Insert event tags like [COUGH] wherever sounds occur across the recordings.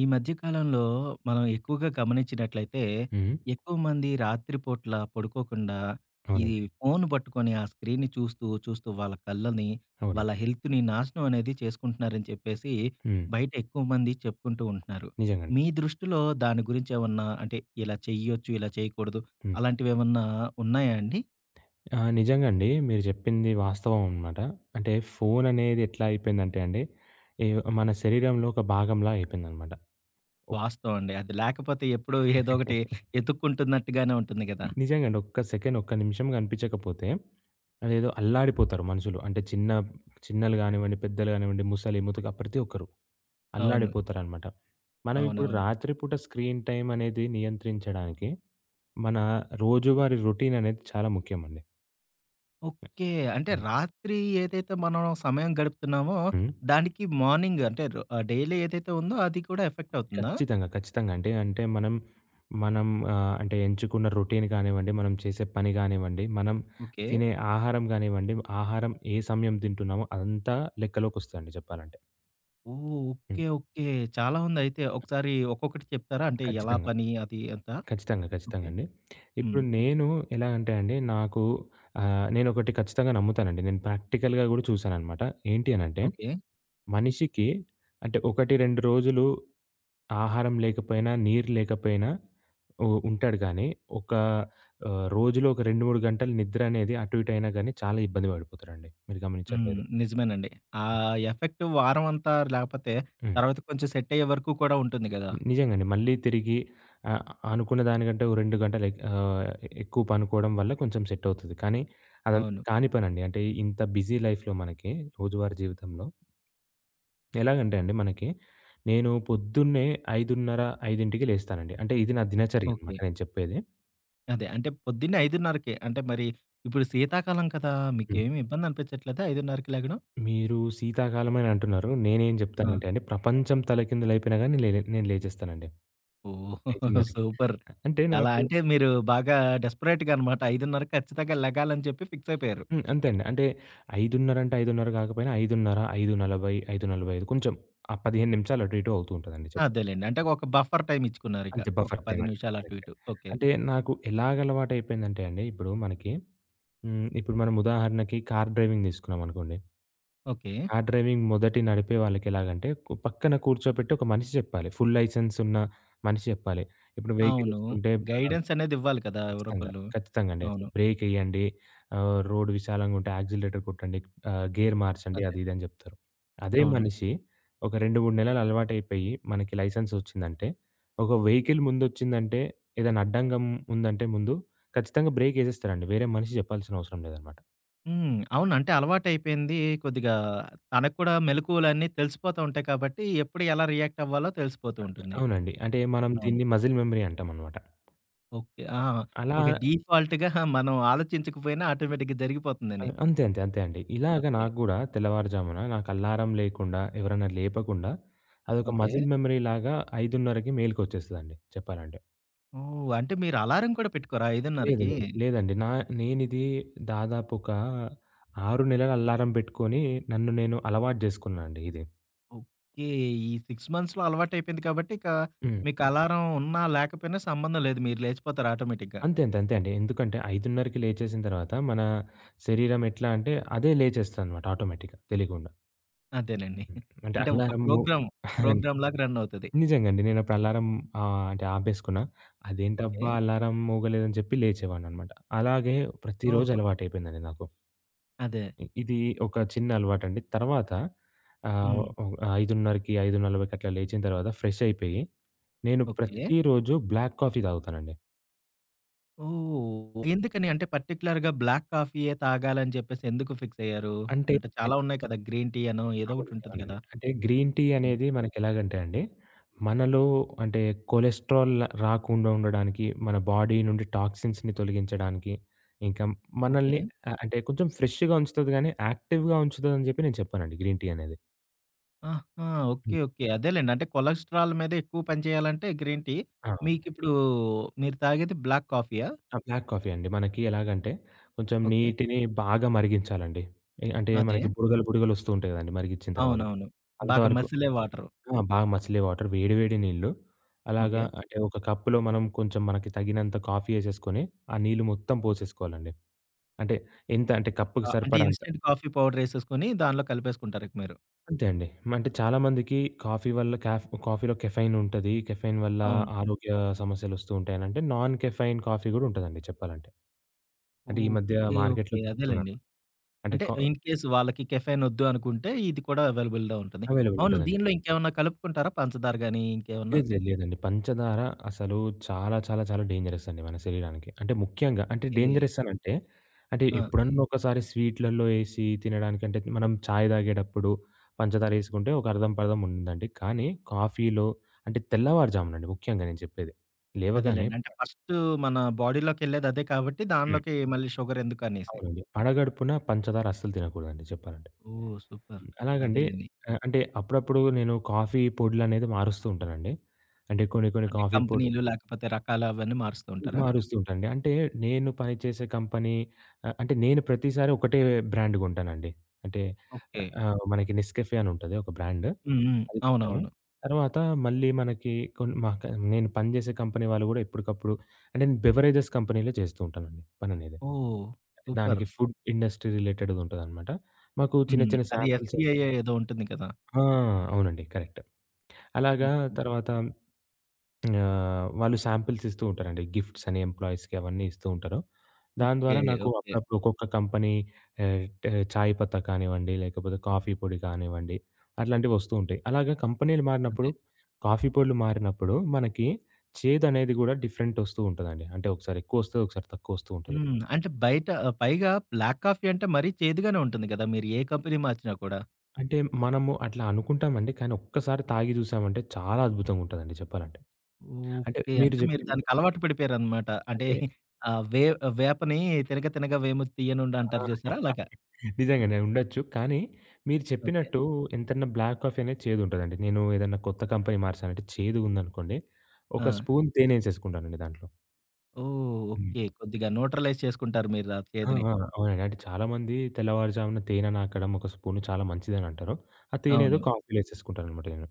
ఈ మధ్య కాలంలో మనం ఎక్కువగా గమనించినట్లయితే, హ్మ్. ఎక్కువ మంది రాత్రిపూట్ల పడుకోకుండా ఈ అవునండి. ఫోను పట్టుకొని ఆ స్క్రీన్‌ని చూస్తూ వాళ్ళ కళ్ళని, వాళ్ళ అవునండి. హెల్త్‌ని నాశనం అనేది చేసుకుంటున్నారని చెప్పేసి హ్మ్. బయట ఎక్కువ మంది చెప్పుకుంటూ ఉంటున్నారు. నిజంగండి. మీ దృష్టిలో దాని గురించి ఏమన్నా అంటే ఇలా చెయ్యొచ్చు, ఇలా చేయకూడదు హ్మ్. అలాంటివేమన్నా ఉన్నాయా అండి? ఆ! నిజంగండి. మీరు చెప్పింది వాస్తవం అనమాట. అంటే ఫోననేది ఎట్లా అయిపోయిందంటే అండి, ఈ మన శరీరంలో ఒక భాగంలా అయిపోయిందనమాట. ఒక్ వాస్తవం అండి. అది లేకపోతే ఎప్పుడో ఏదో ఒకటి [LAUGHS] ఎతుక్కుంటున్నట్టుగానే ఉంటుంది గదా! నిజంగండి. ఒక్క సెకండ్, ఒక్క నిమిషం కనిపించకపోతే అదేదో అల్లాడిపోతారు మనుషులు. అంటే చిన్నలు గానివ్వండి, పెద్దలు గానివ్వండి, ముసలి, ముతక ప్రతి ఒక్కరు అవును. అల్లాడిపోతారనమాట. మనమిప్పుడు అవునవును. రాత్రి పూట స్క్రీన్ టైమ్ అనేది నియంత్రించడానికి మన రోజువారీ రొటీన్ అనేది చాలా ముఖ్యమండి. ఓకే. అంటే హ్మ్. రాత్రి ఏదైతే మనం సమయం గడుపుతున్నామో, హ్మ్. దానికి మార్నింగ్ అంటే డైలీ ఏదైతే ఉందో అది కూడా ఎఫెక్ట్ అవుతుందా? ఖచ్చితంగా. ఖచ్చితంగా. అంటే మనం, మనం అంటే ఎంచుకున్న రొటీన్ కానివ్వండి, మనం చేసే పని కానివ్వండి, మనం ఓకే. తినే ఆహారం కానివ్వండి, ఆహారం ఏ సమయం తింటున్నామో అదంతా లెక్కలోకొస్తదండి చెప్పాలంటే. ఓహ్! హ్మ్. ఓకే. ఓకే. చాలా ఉందయితే. ఒకసారి ఒక్కొక్కటి చెప్తారా? అంటే ఎలా ఖచ్చితంగా. పని అది అంతా? ఖచ్చితంగా. ఖచ్చితంగా ఓకే. అండి. ఇప్పుడు హ్మ్. నేను ఎలా అంటే అండి, నాకు నేనొకటి ఖచ్చితంగా నమ్ముతానండి. నేను ప్రాక్టికల్‌గా కూడా చూసాననమాట. ఏంటి అనంటే, ఓకే. మనిషికి అంటే 1, 2 రోజులు ఆహారం లేకపోయినా, నీరు లేకపోయినా ఉంటాడు గానీ, ఒక రోజులో ఒక 2, 3 గంటలు నిద్ర అనేది అటు ఇటు అయినా గానీ చాలా ఇబ్బంది పడిపోతారండి. మీరు హ్మ్. గమనించట్లేదు. నిజమేనండి. ఆ ఎఫెక్ట్ వారం అంతా లేకపోతే హ్మ్. తర్వాత కొంచెం సెట్ అయ్యే వరకు కూడా ఉంటుంది గదా! నిజంగండి. మళ్ళీ తిరిగి ఆహ్, అనుకున్న దానికంటే ఓ 2 గంటలు ఎక్కువ పనుకోవడం వల్ల కొంచెం సెట్ అవుతది. కానీ అదంతా అవును. కాని పనండి. అంటే ఇంత బిజీ లైఫ్‌లో మనకి రోజువారీ జీవితంలో ఎలాగంటే అండి మనకి నేను పొద్దున్నే 5:30, 5కి లేస్తానండి. అంటే ఇది నా దినచర్య ఓకే. అనమాట నేను చెప్పేది. అదే. అంటే పొద్దున్నే 5:30కే అంటే మరి ఇప్పుడు శీతాకాలం కదా! మీకేమి ఇబ్బంది అనిపించట్లేదా 5:30కి లెగడం? మీరు శీతాకాలమని అంటున్నారు. నేనేం ఆ! జెప్తానంటే అండి, ప్రపంచం తలకిందులైపోయినా గాని నేను లేచేస్తానండి. ఓహ్! 5:30కి. సూపర్. అంటే అలా నాకు అంటే మీరు బాగా డెస్పరేట్‌గా అనమాట. 5:30 ఖచ్చితంగా లెగాలని చెప్పి ఫిక్స్ అయిపోయారు. హ్మ్. అంతే అండి. అంటే 5:30 అంటే 5:30 కాకపోయినా 5:30, 5:40, 5:45 కొంచెం ఆ 15 నిమిషాలు అటు ఇటు అవుతూ ఉంటదండి చెప్పు. అదేలెండి. అంటే ఒక బఫర్ టైమ్ ఇచ్చుకున్నారిక. అంతే ఒక బఫర్ టైమ్ 10 అండి. నిమిషాలు అటు కరెక్టే. ఇటు. ఓకే. అంటే నాకు ఎలాగలవాటయిపోయిందంటే అండి, ఇప్పుడు మనకి హ్మ్. ఇప్పుడు మనం ఉదాహరణకి కార్ డ్రైవింగ్ తీసుకున్నామనుకోండి. ఓకే. కార్ డ్రైవింగ్ మొదటి నడిపే వాళ్ళకెలాగంటే, పక్కన కూర్చోపెట్టి ఒక మనిషి జెప్పాలి. ఫుల్ లైసెన్స్ ఉన్న మనిషి జెప్పాలి. ఇప్పుడు వెహికల్ అవును. వస్తుంటే ఆహ్, గైడెన్స్ అనేది ఇవ్వాలి కదా! ఖచ్చితంగా. ఎవరోకళ్ళు. ఖచ్చితంగా అండి. అట్లా అవును. బ్రేక్ ఎయ్యండి, రోడ్ విశాలంగా ఉంటే యాక్సిలరేటర్ కొట్టండి, గేర్ మార్చండి అదే. అది ఇది అని జెప్తారు. అదే అవును. మనిషి ఒక 2, 3 నెలలు అలవాటైపోయి మనకి లైసెన్స్ వచ్చిందంటే, ఒక వెహికల్ ముందొచ్చిందంటే, ఏదైనా అడ్డంగం ఉందంటే ముందు ఖచ్చితంగా బ్రేక్ ఎసేస్తారండి. వేరే మనిషి జెప్పాల్సిన అవసరం లేదనమాట. హ్మ్. అవును. అంటే అలవాటైపోయింది. కొద్దిగా తనకు కూడా మెలకువలన్నీ తెలిసిపోతూ ఉంటాయి కాబట్టి, ఎప్పుడు ఎలా రియాక్ట్ అవ్వాలో తెలిసిపోతూ ఉంటుంది. అవునండి. అంటే మనం అవును. దీన్ని మజిల్ మెమరీ అంటామనమాట. ఓకే. ఆ! అలా ఓకే. డిఫాల్ట్‌గా మనం ఆలోచించకపోయినా ఆటోమేటిక్‌గా అ! జరిగిపోతుందని. అంతే. అంతే. అంతే అండి. ఇలాగ ఓకే. నాకు గూడా తెల్లవారుజామున నాకు అలారం లేకుండా, ఎవరైనా లేపకుండా అదొక ఓకే. మజిల్ మెమరీ లాగా 5:30కి మేలుకొచ్చేస్తదండి చెప్పాలంటే. ఓహ్! అంటే మీరు అలారం కూడా పెట్టుకోరా లేదు. 5:30కి? లేదు. లేదండి. నేనిది దాదాపు ఒక 6 నెలలు అలారం పెట్టుకొని నన్ను నేను అలవాటు జేసుకున్నా అండి ఇది. ఓకే. ఈ 6 మంత్స్‌లో అలవాటైపోయింది కాబట్టి ఇక హ్మ్. మీకు అలారం ఉన్నా లేకపోయినా సంబంధం లేదు. మీరు లేచిపోతారు ఆటోమేటిక్‌గా. అంతే. అంతే. అంతే అండి. ఎందుకంటే 5:30కి లేచేసిన తర్వాత మన శరీరం ఎట్లా అంటే అదే లేచేస్తదనమాట ఆటోమేటిక్‌గా తెలియకుండా. అదేనండి. హ్మ్. అంటే అంటే ఒక అలారము ప్రోగ్రామ్, [LAUGHS] ప్రోగ్రామ్‌లాగా రన్ అవుతది. నిజంగా అండి. నేనప్పుడు అలారం అంటే ఆపేసుకున్నా. ఓకే. అదేంటబ్బా! అలారం మోగలేదని చెప్పి లేచేవాడిననమాట. అలాగే ప్రతిరోజు ఓహో! అలవాటయిపోయిందండి నాకు. అదే. ఇది ఒక చిన్న అలవాటండి. తర్వాత ఆహ్, హ్మ్. ఓహ్, 5:30కి, 5:40కి అట్లా లేచిన తర్వాత ఫ్రెష్ అయిపోయి, నేను ఓకే. ప్రతిరోజు బ్లాక్ కాఫీ తాగుతానండి. ఓహ్! ఎందుకని అంటే పర్టిక్యులర్‌గా బ్లాక్ కాఫీయే తాగాలని చెప్పేసి ఎందుకు ఫిక్స్ అయ్యారు? అంటే అంటే చాలా ఉన్నాయి కదా! గ్రీన్ టీ అనో ఏదో ఒకటి అవునండి. ఉంటది అవునండి. కదా! అంటే గ్రీన్ టీ హ్మ్. అనేది మనకెలాగంటే అండి, మనలో అంటే కొలెస్ట్రాల్ రాకుండా ఉండడానికి, మన బాడీ నుండి టాక్సిన్స్‌ని తొలగించడానికి, ఇంకా మనల్ని ఓకే. అంటే కొంచెం ఫ్రెష్‌గా ఉంచుతది గానీ, యాక్టివ్‌గా ఉంచుతదని చెప్పి నేను చెప్పానండి గ్రీన్ టీ అనేది. ఆహా! ఓకే. హ్మ్. ఓకే. అదేలెండి. అంటే కొలెస్ట్రాల్ మీద ఎక్కువ పని చేయాలంటే గ్రీన్ టీ. ఆ! మీకిప్పుడు మీరు తాగేది బ్లాక్ కాఫీయా? ఆ! బ్లాక్ కాఫీ అండి. మనకి ఎలాగంటే కొంచెం ఓకే. నీటిని బాగా మరిగించాలండి. అంటే అదే. మనకి బుడగలు, బుడగలొస్తూ ఉంటాయి గదండీ మరిగిచ్చిన తర్వాత. అవునవును. బాగా అంతవరకు మసిలే వాటరు. ఆ! బాగా మసలే వాటర్. వేడి వేడి నీళ్ళు. అలాగా ఓకే. ఓకే. అంటే ఒక కప్పులో మనం కొంచెం మనకి తగినంత కాఫీ ఏసేసుకొని, ఆ నీళ్ళు మొత్తం పోసేసుకోవాలండి. అంటే ఎంత అంటే కప్పుకి ఆ! అంటే సరిపడా అంత. ఇన్‌స్టంట్ కాఫీ పౌడరేసేసుకొని దానిలో కలిపేసుకుంటారిక మీరు. అంతే అండి. అంటే చాలా మందికి కాఫీలో కెఫెయిన్ ఉంటది. కెఫెయిన్ వల్ల అవును. ఆరోగ్య సమస్యలొస్తూ ఉంటాయనంటే, నాన్ కెఫెయిన్ కాఫీ గూడా ఉంటదండి చెప్పాలంటే. అంటే ఈ మధ్య ఓకే. మార్కెట్‌లో ఓకే. దొరుకుతుందనమాట. అదేలెండి. అంటే అంటే కా ఇన్ కేస్ వాళ్ళకి కెఫెయిన్ ఒద్దు అనుకుంటే ఇది కూడా అవైలబుల్‌లో ఉంటుంది. అవైలబుల్ అవును. ఉంటదండి. దీనిలో ఇంకేమన్నా కలుపుకుంటారా? పంచదార గాని ఇంకేమన్నా? లేదు. లేదు. లేదండి. పంచదార అసలు చాలా, చాలా, చాలా డేంజరస్ అండి మన శరీరానికి. అంటే ముఖ్యంగా అంటే ఓకే. డేంజరస్ అనంటే, అంటే అంటే ఆ! ఎప్పుడన్నా ఒకసారి స్వీట్‌లలో ఏసి తినడానికంటే మనం చాయ్ తాగేటప్పుడు పంచదార ఏసుకుంటే ఒక అర్థం పర్థం ఉందండి. కానీ కాఫీలో అంటే తెల్లవారుజామునండి ముఖ్యంగా నేను చెప్పేది. లేవగానే అదేలెండి. అంటే ఫస్టు మన బాడీలోకెళ్ళేది అదే కాబట్టి హ్మ్. దానిలోకి మళ్ళీ షుగర్ ఎందుకనేసి. అవునండి. పడగడుపున పంచదార అస్సలు తినకూడదండి చెప్పాలంటే. ఓహ్! సూపర్. హ్మ్. అలాగండి అదేలెండి. అంటే అప్పుడప్పుడు నేను కాఫీ పొడులనేది మారుస్తూ ఉంటానండి. అంటే కొన్ని, కొన్ని అంటే కాఫీ పొడి కంపెనీలు లేకపోతే రకాలు అవన్నీ మారుస్తూ ఉంటారా? మారుస్తూ ఉంటానండి. అంటే నేను పనిచేసే కంపెనీ అంటే నేను ప్రతిసారి ఒకటే బ్రాండ్ కొంటానండి. అంటే ఓకే. మనకి 'నెస్‌కెఫే' అని ఉంటది ఒక బ్రాండ్. హ్మ్. హ్మ్. అది కొంటాను. అవునవును. తర్వాత మళ్ళీ మనకి కొన్ మాక నేను పనిచేసే కంపెనీ వాళ్ళు గూడా ఎప్పటికప్పుడు అంటే నేను బెవరేజెస్ కంపెనీలో చేస్తూ ఉంటానండి పననేది. ఓహ్! అంటే సూపర్. దానికి ఫుడ్ ఇండస్ట్రీ రిలేటెడ్‌గా ఉంటదనమాట. మాకు చిన్న హ్మ్. చిన్న అది శాంపిల్స్ ఎఫ్‌సిఐఏ ఏదో ఉంటుంది కదా! ఆ! అవునండి. కరెక్ట్. అలాగా ఓకే. తర్వాత వాళ్ళు శాంపిల్స్ ఇస్తూ ఉంటారండి. గిఫ్ట్స్ అని ఎంప్లాయీస్‌కి అవన్నీ ఇస్తూ ఉంటారు. దాని ఓకే. ద్వారా నాకు ఓకే. అప్పుడప్పుడు ఒక్కొక్క కంపెనీ ఆహ్, ట్ చాయ్ పత్తా కానివ్వండి, లేకపోతే కాఫీ పొడి కానివ్వండి, అట్లాంటివి వస్తూ ఉంటాయి. అలాగా కంపెనీలు మారినప్పుడు, అదే. కాఫీ పొడులు మారినప్పుడు మనకి చేదనేది గూడా డిఫరెంట్ ఒస్తూ ఉంటదండి. అంటే ఒకసారి ఎక్కువొస్తది, ఒకసారి తక్కువొస్తూ ఉంటది. హ్మ్. అంటే బయట పైగా బ్లాక్ కాఫీ అంటే మరీ చేదుగానే ఉంటుంది కదా! మీరు ఏ కంపెనీ మార్చినా కూడా. అంటే మనము అట్లా అనుకుంటామండి. కానీ ఒక్కసారి తాగి జూసామంటే చాలా అద్భుతంగుంటదండి చెప్పాలంటే. అంటే ఓకే. మీరు అంటే మీరు జెప్పినట్టు దానికి అలవాటు పడిపోయారనమాట. అంటే అంటే ఆహ్, వే వేపని తినగ తినగ వేము తీయనుండ అంటారు ఆ! చూసారా అలాగా. నిజంగానే ఉండొచ్చు. కానీ మీరు ఓకే. చెప్పినట్టు ఎంతన్నా బ్లాక్ కాఫీ అనేది చేదుంటదండి. నేను ఏదన్నా కొత్త కంపెనీ మార్చానంటే చేదుగుందనుకోండి, ఆ! ఒక స్పూన్ తేనేసేసుకుంటానండి దాంట్లో. ఓహ్! హ్మ్. ఓకే. కొద్దిగా న్యూట్రలైజ్ చేసుకుంటారు మీరు ఆ ఆ! చేదుని. ఆ! అవునండి. అంటే చాలామంది తెల్లవారుజామున తేనె నాకడం ఒక స్పూను చాలా మంచిదని అంటారు. ఆ తేనేదో అవును. కాఫీలో ఏసేసుకుంటాననమాట నేను.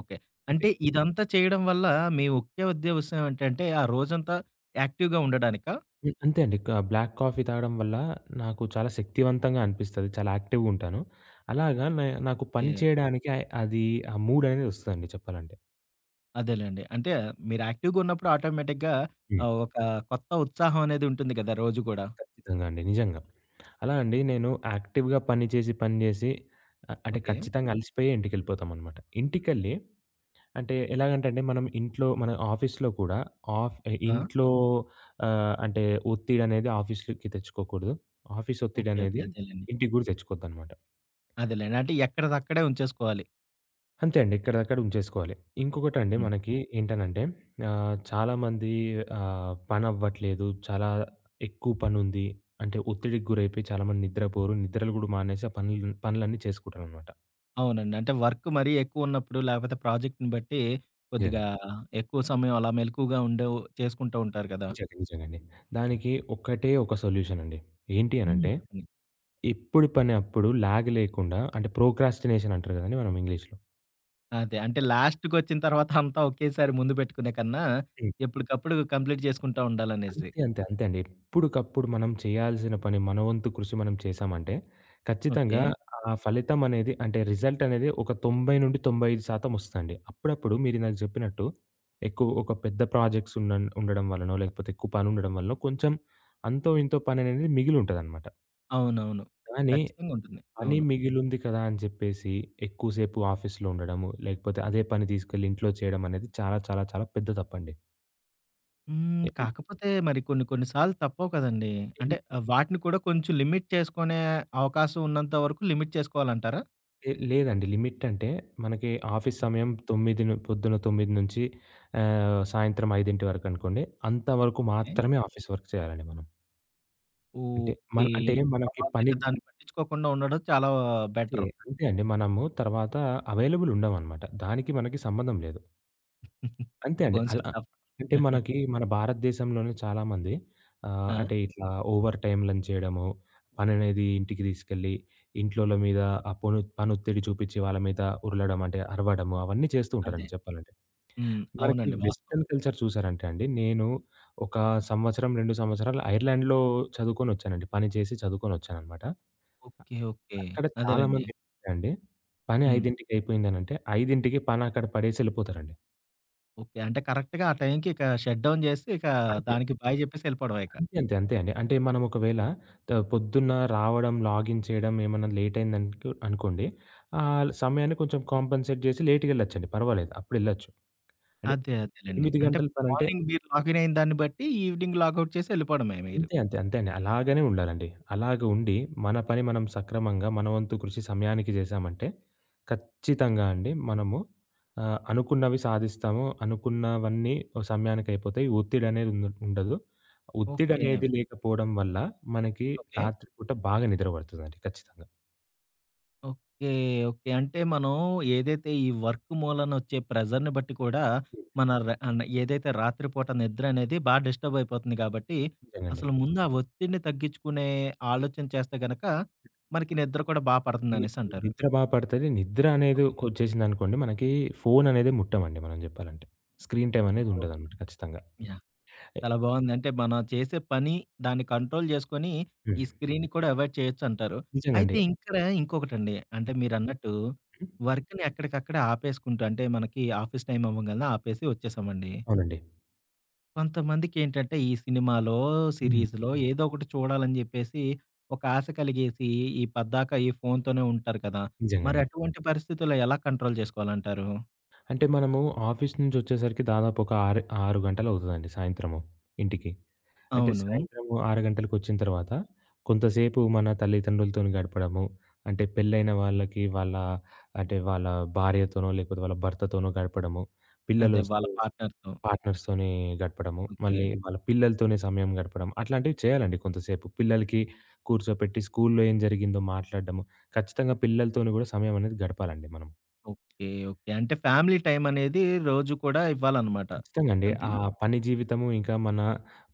ఓకే. అంటే అంటే ఇదంతా చేయడం వల్ల మీ ఒకే ఉద్దేశ్యం ఏంటంటే, ఆ రోజంతా యాక్టివ్‌గా ఉండడానికా? హ్మ్. అంతే అండి. బ్లాక్ కాఫీ తాగడం వల్ల నాకు చాలా శక్తివంతంగా అనిపిస్తది. చాలా యాక్టివ్‌గా ఉంటాను. అలాగా నాకు పని ఓకే. చేయడానికి ఆహ్, అది ఆ మూడనేది ఒస్తదండి చెప్పాలంటే. అదేలెండి. అంటే మీరు యాక్టివ్‌గా ఉన్నప్పుడు ఆటోమేటిక్‌గా ఒక కొత్త ఉత్సాహం అనేది ఉంటుంది కదా! రోజు కూడా. ఖచ్చితంగా అండి. నిజంగా. అలా అండి నేను యాక్టివ్‌గా పని చేసి, పని చేసి అంటే ఓకే. ఖచ్చితంగా అలసిపోయే ఇంటికెళ్ళిపోతామనమాట. ఇంటికెళ్ళి అంటే ఎలాగంటే అండి మనం ఇంట్లో మన ఆఫీస్‌లో కూడా ఆఫ్ ఆ! ఇంట్లో అంటే ఒత్తిడనేది ఆఫీస్‌లోకి తెచ్చుకోకూడదు. Office okay. ఓకే. ఒత్తిడనేది అదేలెండి. ఇంటికి గూడా తెచ్చుకోవద్దనమాట. అదేలెండి. అంటే ఎక్కడిదక్కడే ఉంచేసుకోవాలి. అంతే అండి. ఎక్కడిదక్కడ ఉంచేసుకోవాలి. ఇంకొకటండి హ్మ్. మనకి ఏంటనంటే చాలామంది పనవ్వట్లేదు. చాలా ఎక్కువ పనుంది. అంటే ఒత్తిడికి గురైపోయి చాలామంది నిద్రపోరు. నిద్రలు గూడా మానేసి ఆ పనులన్నీ చేసుకుంటారనమాట. అవునండి. అంటే వర్క్ మరీ ఎక్కువున్నప్పుడు లేకపోతే ప్రాజెక్ట్‌ని బట్టి కొద్దిగా నిజంగా. ఎక్కువ సమయం అలా మెలకువగా ఉండే చేసుకుంటూ ఉంటారు కదా! నిజంగా. నిజంగండి. దానికి ఒకటే ఒక సొల్యూషన్ అండి. ఏంటి హ్మ్. అనంటే చెప్పండి. ఎప్పుడు పని అప్పుడు ల్యాగ్ లేకుండా అంటే ప్రోక్రాస్టినేషన్ అంటారు గదండీ మనం ఇంగ్లీష్‌లో. అదే. అంటే లాస్ట్‌కొచ్చిన తర్వాత అంతా ఒకేసారి ముందు పెట్టుకునే కన్నా, ఎప్పటికప్పుడు కంప్లీట్ చేసుకుంటా ఉండాలనేసి. అంతే. అంతే. అంతే అండి. ఎప్పుడుకప్పుడు మనం చేయాల్సిన పని మన వంతు కృషి మనం చేశామంటే, ఖచ్చితంగా ఓకే. ఆ ఫలితం అనేది అంటే రిజల్ట్ అనేది ఒక 90-95% వస్తదండి. అప్పుడప్పుడు మీరిందాక చెప్పినట్టు ఎక్కువ ఒక పెద్ద ప్రాజెక్ట్స్ ఉండడం వల్లనో, లేకపోతే ఎక్కువ పని ఉండడం వల్లనో కొంచెం అంతో ఇంతో పని అనేది మిగిలి ఉంటదనమాట. అవునవును. కానీ ఖచ్చితంగా ఉంటుంది. పని అవును. మిగిలుంది కదా అని చెప్పేసి ఎక్కువసేపు ఆఫీస్‌లో ఉండడము, లేకపోతే అదే పని తీసుకెళ్ళి ఇంట్లో చేయడం అనేది చాలా చాలా చాలా పెద్ద తప్పండి. హ్మ్. కాకపోతే మరి కొన్ని కొన్ని సార్లు తప్పవు కదండీ! అంటే వాటిని కూడా కొంచెం లిమిట్ చేసుకునే అవకాశం ఉన్నంత వరకు లిమిట్ చేసుకోవాలంటారా? లేదండి. లిమిట్ అంటే మనకి ఆఫీస్ సమయం 9 పొద్దున 9 నుంచి సాయంత్రం 5 వరకనుకోండి. అంతవరకు ఓకే. మాత్రమే ఆఫీస్ వర్క్ చేయాలండి మనం. అంటే మన ఓకే. అంటే మనకి తర్వాత ఇక పనిచ్చే దాన్ని పట్టించుకోకుండా ఉండడం చాలా బెటరు. అంతే అండి. మనము తర్వాత అవైలబుల్ ఉండమనమాట. దానికి మనకి సంబంధం లేదు. అంతే అండి. ఫోన్ అలా స్విచ్ ఆఫ్. అంటే [LAUGHS] మనకి మన భారతదేశంలోనే చాలామంది ఆ! అంటే ఇట్లా ఓవర్ టైమ్‌లని చేయడము, పననేది ఇంటికి తీసుకెళ్ళి ఇంట్లోల మీద ఆ పనొత్తిడి చూపించి వాళ్ళ మీద ఉరలడం అంటే అరవడము అవన్నీ చేస్తూ అదే. ఉంటారండి చెప్పాలంటే. హ్మ్. మనకి అవునండి. వాస్తవం. వెస్టర్న్ కల్చర్ చూసారంటే అండి, నేను ఒక సంవత్సరం, 2 సంవత్సరాలు ఐర్లాండ్‌లో చదువుకొనొచ్చానండి. పని చేసి చదువుకొనొచ్చాననమాట. ఓకే. ఓకే. అక్కడ అదేలెండి. చాలామంది ఏంటంటే అండి, పని హ్మ్. 5కి అయిపోయిందనంటే 5కి పని అక్కడ పడేసి ఎళ్ళిపోతారండి. ఓకే. అంటే కరెక్ట్‌గా ఆ టైంకి ఇక షట్ డౌన్ జేసి, ఇక అంతే. దానికి బాయ్ జెప్పేసి ఎళ్ళిపోవడమే ఇక. అంతే. అంతే. అంతే అండి. అంటే మనం ఒకవేళ పొద్దున్న రావడం, లాగిన్ చేయడం ఏమన్నా లేట్ అనుకోండి, సమయాన్ని కొంచెం కాంపెన్సేట్ చేసి లేట్‌గెళ్ళొచ్చండి పర్వాలేదు. అప్పుడెళ్ళొచ్చు. అంటే అదేలెండి. 8 అంటే గంటల పనంటే మార్నింగ్ మీరు లాగిన్ అయిన దాన్ని బట్టి, ఈవినింగ్ లాగౌట్ చేసి ఎళ్ళిపోవడమే మీరు. అంతే. అంతే. అంతే అండి. అలాగనే ఉండాలండి. అలాగ ఉండి, మన పని మనం సక్రమంగా, మన వంతు కృషి సమయానికి చేశామంటే, ఖచ్చితంగా అండి మనము అనుకున్నవి సాధిస్తాము. అనుకున్నవన్నీ ఓ సమయానికి అయిపోతాయి. ఒత్తిడనేది ఉండదు. ఓకే. ఒత్తిడనేది లేకపోవడం వల్ల మనకి ఓకే. రాత్రి పూట బాగా నిద్ర పడతదండి ఖచ్చితంగా. ఓకే. ఓకే. అంటే మనం ఏదైతే ఈ వర్క్ మూలన వచ్చే ప్రెషర్‌ని బట్టి కూడా, హ్మ్. మన ర అన్ ఏదైతే రాత్రి పూట నిద్ర అనేది బా డిస్టర్బ్ అయిపోతుంది గాబట్టి, నిజంగండి. అసలు ముందు ఆ ఒత్తిడిని తగ్గించుకునే ఆలోచన చేస్తే గనక, మనకి నిద్ర కూడా బా ని పడుతుందనేసంటారు. నిద్ర బా పడతది. నిద్ర అనేది ఓకే. కొచ్చేసిందనుకోండి మనకి ఫోననేదే ముట్టమండి మనం జెప్పాలంటే. స్క్రీన్ టైమ్ అనేది ఓహ్! ఉండదనమాట ఖచ్చితంగా. యాహ్! చాలా బాగుంది. అంటే మనం చేసే పని దాన్ని కంట్రోల్ చేసుకొని, హ్మ్. ఈ స్క్రీన్‌ని కూడా అవాయిడ్ చేయొచ్చంటారు. అయితే నిజంగండి. హ్మ్. ఇక్కడ ఇంకొకటండి. అంటే మీరన్నట్టు వర్క్‌ని ఎక్కడికక్కడే ఆపేసుకుంటూ అంటే మనకి ఆఫీస్ టైమ్ అవ్వంగాల్నే ఆపేసి వచ్చేసామండి. అవునండి. కొంతమందికేంటంటే ఈ సినిమాలో, హ్మ్. సిరీస్‌లో ఏదో ఒకటి చూడాలని చెప్పేసి ఒక ఆశ కలిగేసి ఈ పద్దాక ఈ ఫోన్‌తోనే ఉంటారు కదా! మరి నిజంగండి. అటువంటి పరిస్థితుల్లో ఎలా కంట్రోల్ చేసుకోవాలంటారు? అంటే మనము ఆఫీస్ నుంచొచ్చేసరికి దాదాపు ఒక 6 గంటలవుతదండి సాయంత్రము ఇంటికి. అంటే అవును. సాయంత్రము 6 గంటలకొచ్చిన తర్వాత కొంతసేపు మన తల్లిదండ్రులతోని గడపడము, అంటే పెళ్ళైన వాళ్ళకి వాళ్ళ వాళ్ళ భార్యతోనో, లేకపోతే వాళ్ళ భర్తతోనో గడపడము, అదే పిల్లలొస్తే వాళ్ళ పార్ట్నర్‌తో. పార్ట్నర్స్‌తోని గడపడము, ఓకే. మళ్ళీ వాళ్ళ పిల్లలతోనే సమయం గడపడం అట్లాంటివి చేయాలండి కొంతసేపు. పిల్లలకి కూర్చోపెట్టి స్కూలులో ఏం జరిగిందో మాట్లాడడము. ఖచ్చితంగా పిల్లలతోని గూడా సమయం అనేది గడపాలండి మనం. ఓకే. ఓకే. అంటే ఫ్యామిలీ టైమనేది రోజు కూడా ఇవ్వాలనమాట. ఖచ్చితంగా అండి. ఆ అంతేనా? పని జీవితము, ఇంకా మన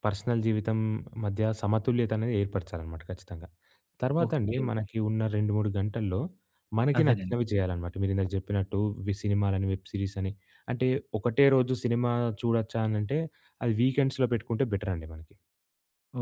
పర్సనల్ జీవితం మధ్య సమతుల్యత అనేది ఏర్పరచాలన్నమాట ఖచ్చితంగా. తర్వాత అండి ఓకే. ఓకే. మనకి ఉన్న 2, 3 గంటల్లో మనకి అదేనండి. నచ్చినవి చేయాలన్నమాట. మీరిందాక చెప్పినట్టు సినిమాలని, వెబ్ సీరీస్ అని అంటే ఒకటే రోజు సినిమా చూడొచ్చా అనంటే అది వీకెండ్స్‌లో పెట్టుకుంటే బెటర్ అండి మనకి.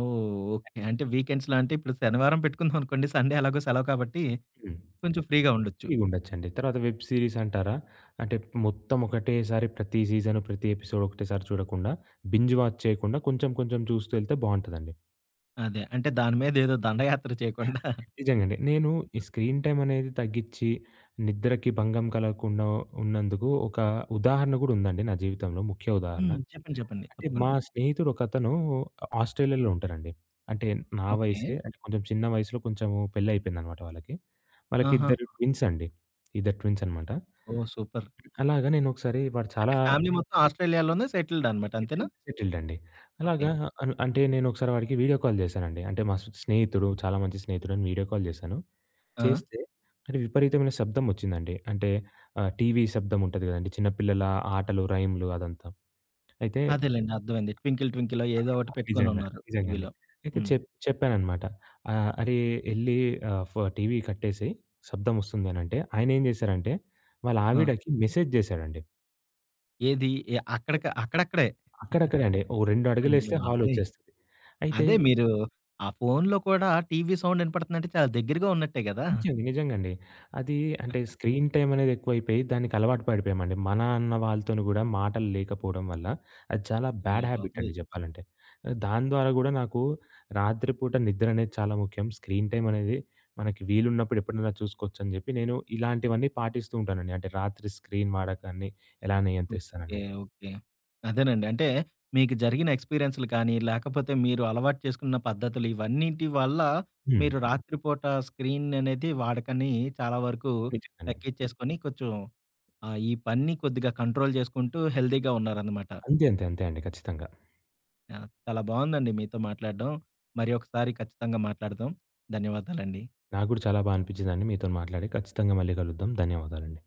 ఓహ్! ఓకే. అంటే వీకెండ్స్‌లో అంటే ఇప్పుడు శనివారం పెట్టుకుందామనుకోండి. సండే ఎలాగో సెలవు కాబట్టి హ్మ్. కొంచెం ఫ్రీగా ఉండొచ్చు. ఫ్రీగుండొచ్చండి. తర్వాత వెబ్ సీరీస్ అంటారా? అంటే మొత్తం ఒకటేసారి ప్రతి సీజన్, ప్రతి ఎపిసోడ్ ఒకటేసారి చూడకుండా బింజ్ వాచ్ చేయకుండా కొంచెం కొంచెం చూస్తూ ఎళ్తే బావుంటదండి. అదే. అంటే దాని మీద ఏదో దండయాత్ర చేయకుండా నిజంగండి. నేను ఈ స్క్రీన్ టైమ్ అనేది తగ్గించి, నిద్రకి భంగం కలగకుండా ఉన్నందుకు ఒక ఉదాహరణ గూడా ఉందండి నా జీవితంలో ముఖ్య ఉదాహరణ. హ్మ్. చెప్పండి. అంటే మా తప్పకుండా. స్నేహితుడు ఒకతను ఆస్ట్రేలియాలో ఉంటారండి. అంటే నా ఓకే. వయసే అంటే కొంచెం చిన్న వయసులో కొంచెం పెళ్లయిపోయిందనమాట వాళ్ళకి. వాళ్ళకి ఆహా! ఇద్దరు ట్విన్స్ అండి. ఇద్దరు ట్విన్స్ అనమాట. ఓహ్! సూపర్. అలాగా నేను ఒకసారి వాడు అంటే చాలా ఫ్యామిలీ మొత్తం ఆస్ట్రేలియాలోనే సెటిల్డ్ అనమాట. అంతేనా? సెటిల్డ్ సెటిల్డ్ అండి. ఓకే. అలాగా అంటే నేను ఒకసారి వాడికి వీడియో కాల్ చేశానండి. అంటే మా స్నేహితుడు చాలా మంచి స్నేహితుడు అని వీడియో కాల్ చేశాను. ఆ! చేస్తే కానీ విపరీతమైన శబ్దం ఒచ్చిందండి. అంటే టీవీ శబ్దం ఉంటది గదండీ. చిన్న పిల్లల ఆటలు, రైమ్‌లు అదంతా. అయితే అదేలెండి. అర్థమైంది. 'ట్వింకిల్ ట్వింకిలో' ఏదో ఒకటి నిజంగా. పెట్టుకొనున్నారు నిజంగా అండి. టీవీలో. అయితే హ్మ్. చెప్పాననమాట. "అరే! ఎళ్లి ఆహ్, ఫ టీవీ కట్టేసేయి శబ్దం ఒస్తుంది" అనంటే ఆయనేం జేశారంటే వాళ్ళ ఆ! ఆవిడకి మెసేజ్ జేశాడండి. ఏది ఎ అక్కడిక అక్కడక్కడే. అక్కడక్కడే అండి. ఓ 2 అయ్య అడుగులేస్తే బాబోయ్! హాలొచ్చేస్తది. అయితే అదే మీరు ఆ ఫోన్‌లో కూడా టీవీ సౌండ్ ఇనపడుతుందంటే చాలా దగ్గరగా ఉన్నట్టే గదా! నిజంగా. నిజంగండి. అది అంటే స్క్రీన్ టైమ్ అనేది ఎక్కువైపోయి దానికి అలవాటు పడిపోయామండి. మా నాన్న వాళ్ళతోని గూడా మాటలు లేకపోవడం వల్ల అది చాలా బ్యాడ్ అయ్య హ్యాబిట్ అండి బాబోయ్! జెప్పాలంటే. దాని ద్వారా గూడా నాకు రాత్రిపూట నిద్ర అనేది చాలా ముఖ్యం. స్క్రీన్ టైమ్ అనేది మనకి వీలున్నప్పుడు ఎప్పుడైనా చూసుకోవచ్చని జెప్పి నేను ఇలాంటివన్నీ పాటిస్తూ ఉంటానండి. అంటే రాత్రి స్క్రీన్ వాడకాన్ని ఎలా ఓకే. నియంత్రిస్తాననేది. ఓకే. అదేనండి. అంటే మీకు జరిగిన ఎక్స్‌పీరియన్స్‌లు కానీ, లేకపోతే మీరు అలవాటు చేసుకున్న పద్ధతులు ఇవన్నింటి వల్ల హ్మ్. మీరు రాత్రిపూట స్క్రీన్ అనేది వాడకాన్ని చాలా వరకు నిజంగానే. తగ్గిచ్చేసుకొని కొంచెం ఈ పని కొద్దిగా కంట్రోల్ చేసుకుంటూ హెల్తీగా ఉన్నారనమాట. అంతే. అంతే. అంతే అండి. ఖచ్చితంగా. ఆ! చాలా బావుందండి మీతో మాట్లాడడం. మరి ఒకసారి ఖచ్చితంగా మాట్లాడదాం. ధన్యవాదాలండి. నాకు గూడా చాలా బా అనిపించిందండి మీతోని మాట్లాడి. ఖచ్చితంగా మళ్ళీ కలుద్దాం. ధన్యవాదాలండి.